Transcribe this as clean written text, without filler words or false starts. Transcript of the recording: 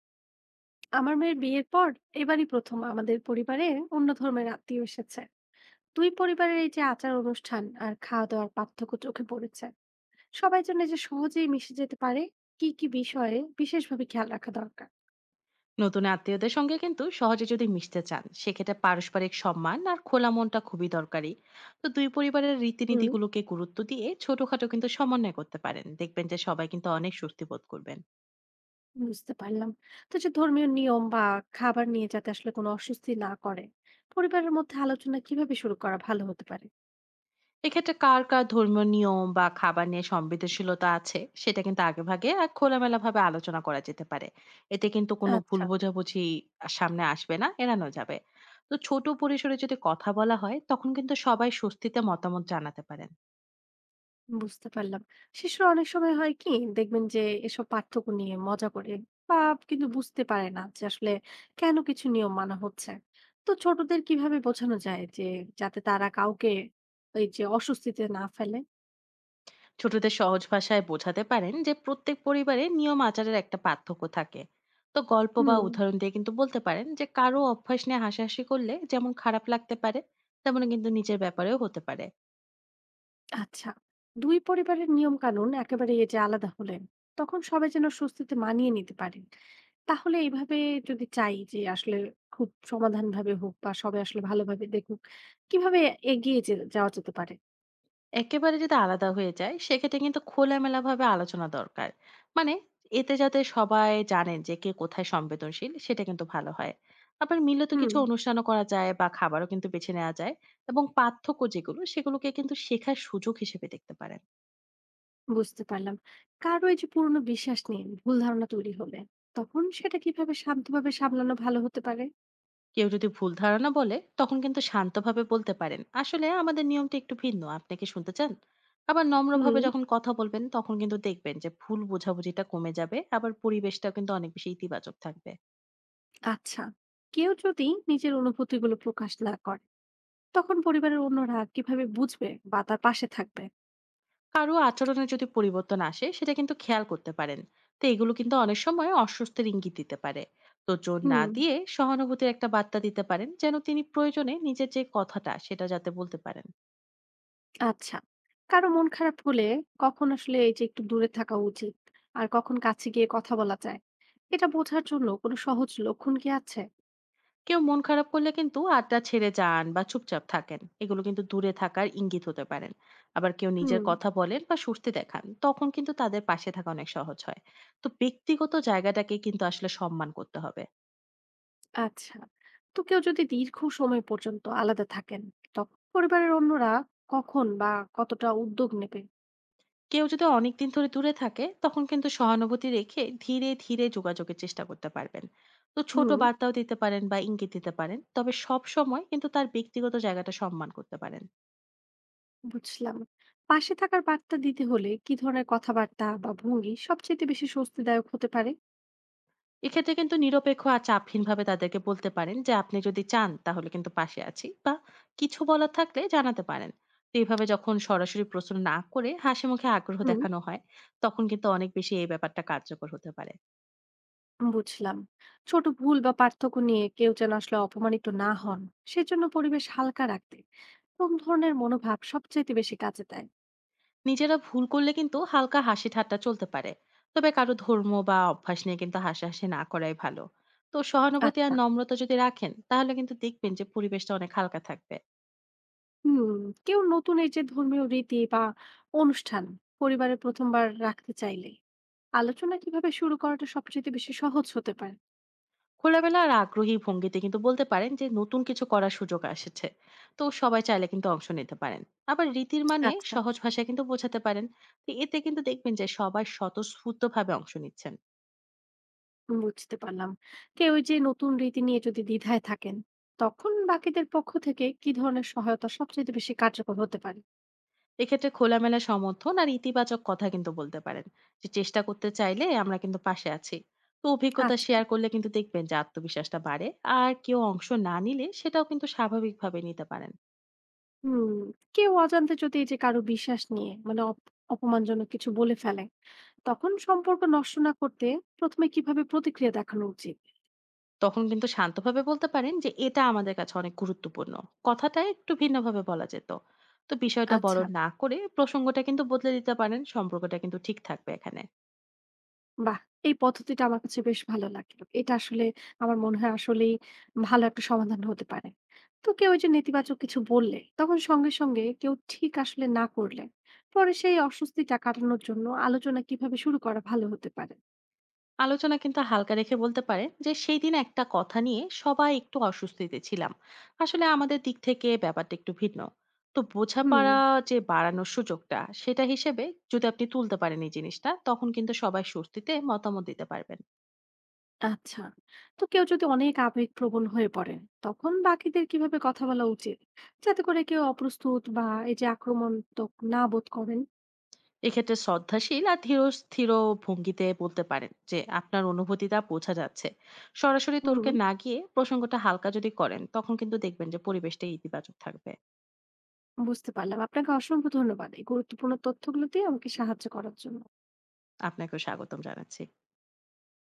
আমার মেয়ের বিয়ের পর এবারই প্রথম আমাদের পরিবারে অন্য ধর্মের আত্মীয় এসেছে। দুই পরিবারের এই যে আচার অনুষ্ঠান আর খাওয়া দাওয়ার পার্থক্য চোখে পড়েছে। সবাই জন্য যে সহজেই মিশে যেতে পারে, কি কি বিষয়ে বিশেষভাবে খেয়াল রাখা দরকার? নতুন আত্মীয়দের সঙ্গে কিন্তু সহজে যদি মিশতে চান, সেক্ষেত্রে পারস্পরিক সম্মান আর খোলা মনটা খুবই দরকারি। তো দুই পরিবারের হুম, রীতিনীতিগুলোকে গুরুত্ব দিয়ে ছোটখাটো কিন্তু সমন্বয় করতে পারেন, দেখবেন যে সবাই কিন্তু অনেক স্বস্তি বোধ করবেন। বুঝতে পারলাম। তো যে ধর্মীয় নিয়ম বা খাবার নিয়ে যাতে আসলে কোনো অস্বস্তি না করে, পরিবারের মধ্যে আলোচনা কিভাবে শুরু করা ভালো হতে পারে? এক্ষেত্রে কার কার ধর্মীয় নিয়ম বা খাবার নিয়ে সংবেদনশীলতা আছে, সেটা কিন্তু আগে ভাগে আর খোলামেলা ভাবে আলোচনা করা যেতে পারে। এতে কিন্তু কোনো ভুল আচ্ছা, বোঝাবুঝি সামনে আসবে না, এড়ানো যাবে। তো ছোট পরিসরে যদি কথা বলা হয়, তখন কিন্তু সবাই স্বস্তিতে মতামত জানাতে পারেন। বুঝতে পারলাম। শিশুরা অনেক সময় হয় কি, দেখবেন যে এসব পার্থক্য নিয়ে মজা করে, বা কিন্তু বুঝতে পারে না যে আসলে কেন কিছু নিয়ম মানা হচ্ছে। তো ছোটদের কিভাবে বোঝানো যায় যে, যাতে তারা কাউকে এই যে অস্বস্তিতে না ফেলে? ছোটদের সহজ ভাষায় বোঝাতে পারেন যে প্রত্যেক পরিবারে নিয়ম আচারের একটা পার্থক্য থাকে। তো গল্প বা হুম, উদাহরণ দিয়ে কিন্তু বলতে পারেন যে কারো অভ্যাস নিয়ে হাসাহাসি করলে যেমন খারাপ লাগতে পারে, তেমন কিন্তু নিজের ব্যাপারেও হতে পারে। আচ্ছা। ২ পরিবারের নিয়ম কানুন একেবারে এই যে আলাদা হলেন, তখন সবাই যেন স্বস্তিতে মানিয়ে নিতে পারেন। তাহলে এইভাবে যদি চাই যে আসলে খুব সমাধানভাবে হোক বা সবাই আসলে ভালোভাবে দেখুক, কিভাবে এগিয়ে যে যাওয়া যেতে পারে? একেবারে যদি আলাদা হয়ে যায়, সেক্ষেত্রে কিন্তু খোলামেলা ভাবে আলোচনা দরকার। মানে, এতে যাতে সবাই জানেন যে কে কোথায় সংবেদনশীল, সেটা কিন্তু ভালো হয়। আবার মিলত হুম, কিছু অনুষ্ঠানও করা যায় বা খাবারও কিন্তু বেছে নেওয়া যায়। এবং পার্থক্য যেগুলো, সেগুলোকে কিন্তু শেখার সুযোগ হিসেবে দেখতে পারেন। বুঝতে পারলাম। কারো এই যে পুরনো বিশ্বাস নিয়ে ভুল ধারণা তৈরি হলে তখন সেটা কিভাবে শান্তভাবে সামলানো ভালো হতে পারে? কেউ যদি ভুল ধারণা বলে, তখন কিন্তু শান্তভাবে বলতে পারেন আসলে আমাদের নিয়মটা একটু ভিন্ন, আপনি কি শুনতে চান। আবার হুম, নম্রভাবে যখন কথা বলবেন, তখন কিন্তু দেখবেন যে ভুল বোঝাবুঝিটা কমে যাবে, আবার পরিবেশটাও কিন্তু অনেক বেশি ইতিবাচক থাকবে। আচ্ছা। কেউ যদি নিজের অনুভূতিগুলো প্রকাশ না করে, তখন পরিবারের অন্যরা কিভাবে বুঝবে বা তার পাশে থাকবে? কারো আচরণে যদি পরিবর্তন আসে, সেটা কিন্তু খেয়াল করতে পারেন। তো এগুলো কিন্তু অনেক সময় অস্বস্তির ইঙ্গিত দিতে পারে। তো জোর না হুম, দিয়ে সহানুভূতির একটা বার্তা দিতে পারেন, যেন তিনি প্রয়োজনে নিজের যে কথাটা সেটা যাতে বলতে পারেন। আচ্ছা। কারো মন খারাপ হলে কখন আসলে এই যে একটু দূরে থাকা উচিত আর কখন কাছে গিয়ে কথা বলা যায়, এটা বোঝার জন্য কোনো সহজ লক্ষণ কি আছে? কেউ মন খারাপ করলে কিন্তু আড্ডা ছেড়ে যান বা চুপচাপ থাকেন, এগুলো কিন্তু দূরে থাকার ইঙ্গিত হতে পারেন। আবার কেউ নিজের হুম, কথা বলেন বা স্বস্তি দেখান, তখন কিন্তু তাদের পাশে থাকা অনেক সহজ হয়। তো ব্যক্তিগত জায়গাটাকে কিন্তু আসলে সম্মান করতে হবে। আচ্ছা। তো কেউ যদি দীর্ঘ সময় পর্যন্ত আলাদা থাকেন, তখন পরিবারের অন্যরা কখন বা কতটা উদ্যোগ নেবে? কেউ যদি অনেকদিন ধরে দূরে থাকে, তখন কিন্তু সহানুভূতি রেখে ধীরে ধীরে যোগাযোগের চেষ্টা করতে পারবেন। তো ছোট হুম, বার্তাও দিতে পারেন বা ইঙ্গিত দিতে পারেন, তবে সব সময় কিন্তু তার ব্যক্তিগত জায়গাটা সম্মান করতে পারেন। বুঝলাম। পাশে থাকার বার্তা দিতে হলে কি ধরনের কথাবার্তা বা ভঙ্গি সবচেয়ে বেশি স্বস্তিদায়ক হতে পারে? এক্ষেত্রে কিন্তু নিরপেক্ষ আর চাপহীনভাবে তাদেরকে বলতে পারেন যে আপনি যদি চান তাহলে কিন্তু পাশে আছি, বা কিছু বলার থাকলে জানাতে পারেন। তো এইভাবে যখন সরাসরি প্রশ্ন না করে হাসি মুখে আগ্রহ হুম, দেখানো হয়, তখন কিন্তু অনেক বেশি এই ব্যাপারটা কার্যকর হতে পারে। বুঝলাম। ছোট ভুল বা পার্থক্য নিয়ে কেউ যেন আসলে অপমানিত না হন, সেজন্য পরিবেশ হালকা রাখতে কোন ধরনের মনোভাব সবচাইতে বেশি কাজে দেয়? নিজেরা ভুল করলে কিন্তু হালকা হাসি ঠাট্টা চলতে পারে, তবে কারো ধর্ম বা অভ্যাস নিয়ে কিন্তু হাসাহাসি না করাই ভালো। তো সহানুভূতি আর আচ্ছা, নম্রতা যদি রাখেন, তাহলে কিন্তু দেখবেন যে পরিবেশটা অনেক হালকা থাকবে। হুম। কেউ নতুন এই যে ধর্মীয় রীতি বা অনুষ্ঠান পরিবারে প্রথমবার রাখতে চাইলে, আলোচনা কিভাবে শুরু করাটা সবচেয়ে বেশি সহজ হতে পারে? খোলামেলা আর আগ্রহী ভঙ্গিতে কিন্তু বলতে পারেন যে নতুন কিছু করার সুযোগ আসছে। তো সবাই চাইলে কিন্তু অংশ নিতে পারেন। আবার রীতির মানে আচ্ছা, সহজ ভাষায় কিন্তু বোঝাতে পারেন। তো এতে কিন্তু দেখবেন যে সবাই স্বতঃস্ফূর্ত ভাবে অংশ নিচ্ছেন। বুঝতে পারলাম। কেউ ওই যে নতুন রীতি নিয়ে যদি দ্বিধায় থাকেন, তখন বাকিদের পক্ষ থেকে কি ধরনের সহায়তা সবচেয়ে বেশি কার্যকর হতে পারে? এক্ষেত্রে খোলামেলা সমর্থন আর ইতিবাচক কথা কিন্তু বলতে পারেন যে চেষ্টা করতে চাইলে আমরা কিন্তু পাশে আছি। তো অভিজ্ঞতা আচ্ছা, শেয়ার করলে কিন্তু দেখবেন যে আত্মবিশ্বাসটা বাড়ে। আর কেউ অংশ না নিলে সেটাও কিন্তু স্বাভাবিকভাবে নিতে পারেন। হুম। কেউ অজান্তে যদি এই যে কারো বিশ্বাস নিয়ে মানে অপমানজনক কিছু বলে ফেলে, তখন সম্পর্ক নষ্ট না করতে প্রথমে কিভাবে প্রতিক্রিয়া দেখানো উচিত? তখন কিন্তু শান্তভাবে বলতে পারেন যে এটা আমাদের কাছে অনেক গুরুত্বপূর্ণ, কথাটা একটু ভিন্নভাবে বলা যেত। তো বিষয়টা বড় আচ্ছা, না করে প্রসঙ্গটা কিন্তু বদলে দিতে পারেন, সম্পর্কটা কিন্তু ঠিক থাকবে এখানে। বাহ! এই পদ্ধতিটা আমার কাছে বেশ ভালো লাগলো। এটা আসলে, আমার মনে হয় আসলেই ভালো একটা সমাধান হতে পারে। তো কেউ ওই যে নেতিবাচক কিছু বললে, তখন সঙ্গে, সঙ্গে কেউ ঠিক আসলে না করলে, পরে সেই অস্বস্তিটা কাটানোর জন্য আলোচনা কিভাবে শুরু করা ভালো হতে পারে? আলোচনা কিন্তু হালকা রেখে বলতে পারেন যে সেই দিন একটা কথা নিয়ে সবাই একটু অস্বস্তিতে ছিলাম, আসলে আমাদের দিক থেকে ব্যাপারটা একটু ভিন্ন। তো হুম। বোঝাপড়া যে বাড়ানোর সুযোগটা সেটা হিসেবে যদি আপনি তুলতে পারেন এই জিনিসটা, তখন কিন্তু সবাই স্বস্তিতে মতামত দিতে পারবেন। আচ্ছা। তো কেউ যদি অনেক আবেগপ্রবণ হয়ে পড়ে, তখন বাকিদের কিভাবে কথা বলা উচিত? যাতে করে কেউ অপ্রস্তুত বা এই যে আক্রমণাত্মক না বোধ করেন? এক্ষেত্রে শ্রদ্ধাশীল আর ধীর স্থির ভঙ্গিতে বলতে পারেন যে আপনার অনুভূতিটা বোঝা যাচ্ছে। সরাসরি হুম। তর্কে না গিয়ে প্রসঙ্গটা হালকা যদি করেন, তখন কিন্তু দেখবেন যে পরিবেশটা ইতিবাচক থাকবে। বুঝতে পারলাম। আপনাকে অসংখ্য ধন্যবাদ এই গুরুত্বপূর্ণ তথ্যগুলো দিয়ে আমাকে সাহায্য করার জন্য। আপনাকেও স্বাগতম জানাচ্ছি।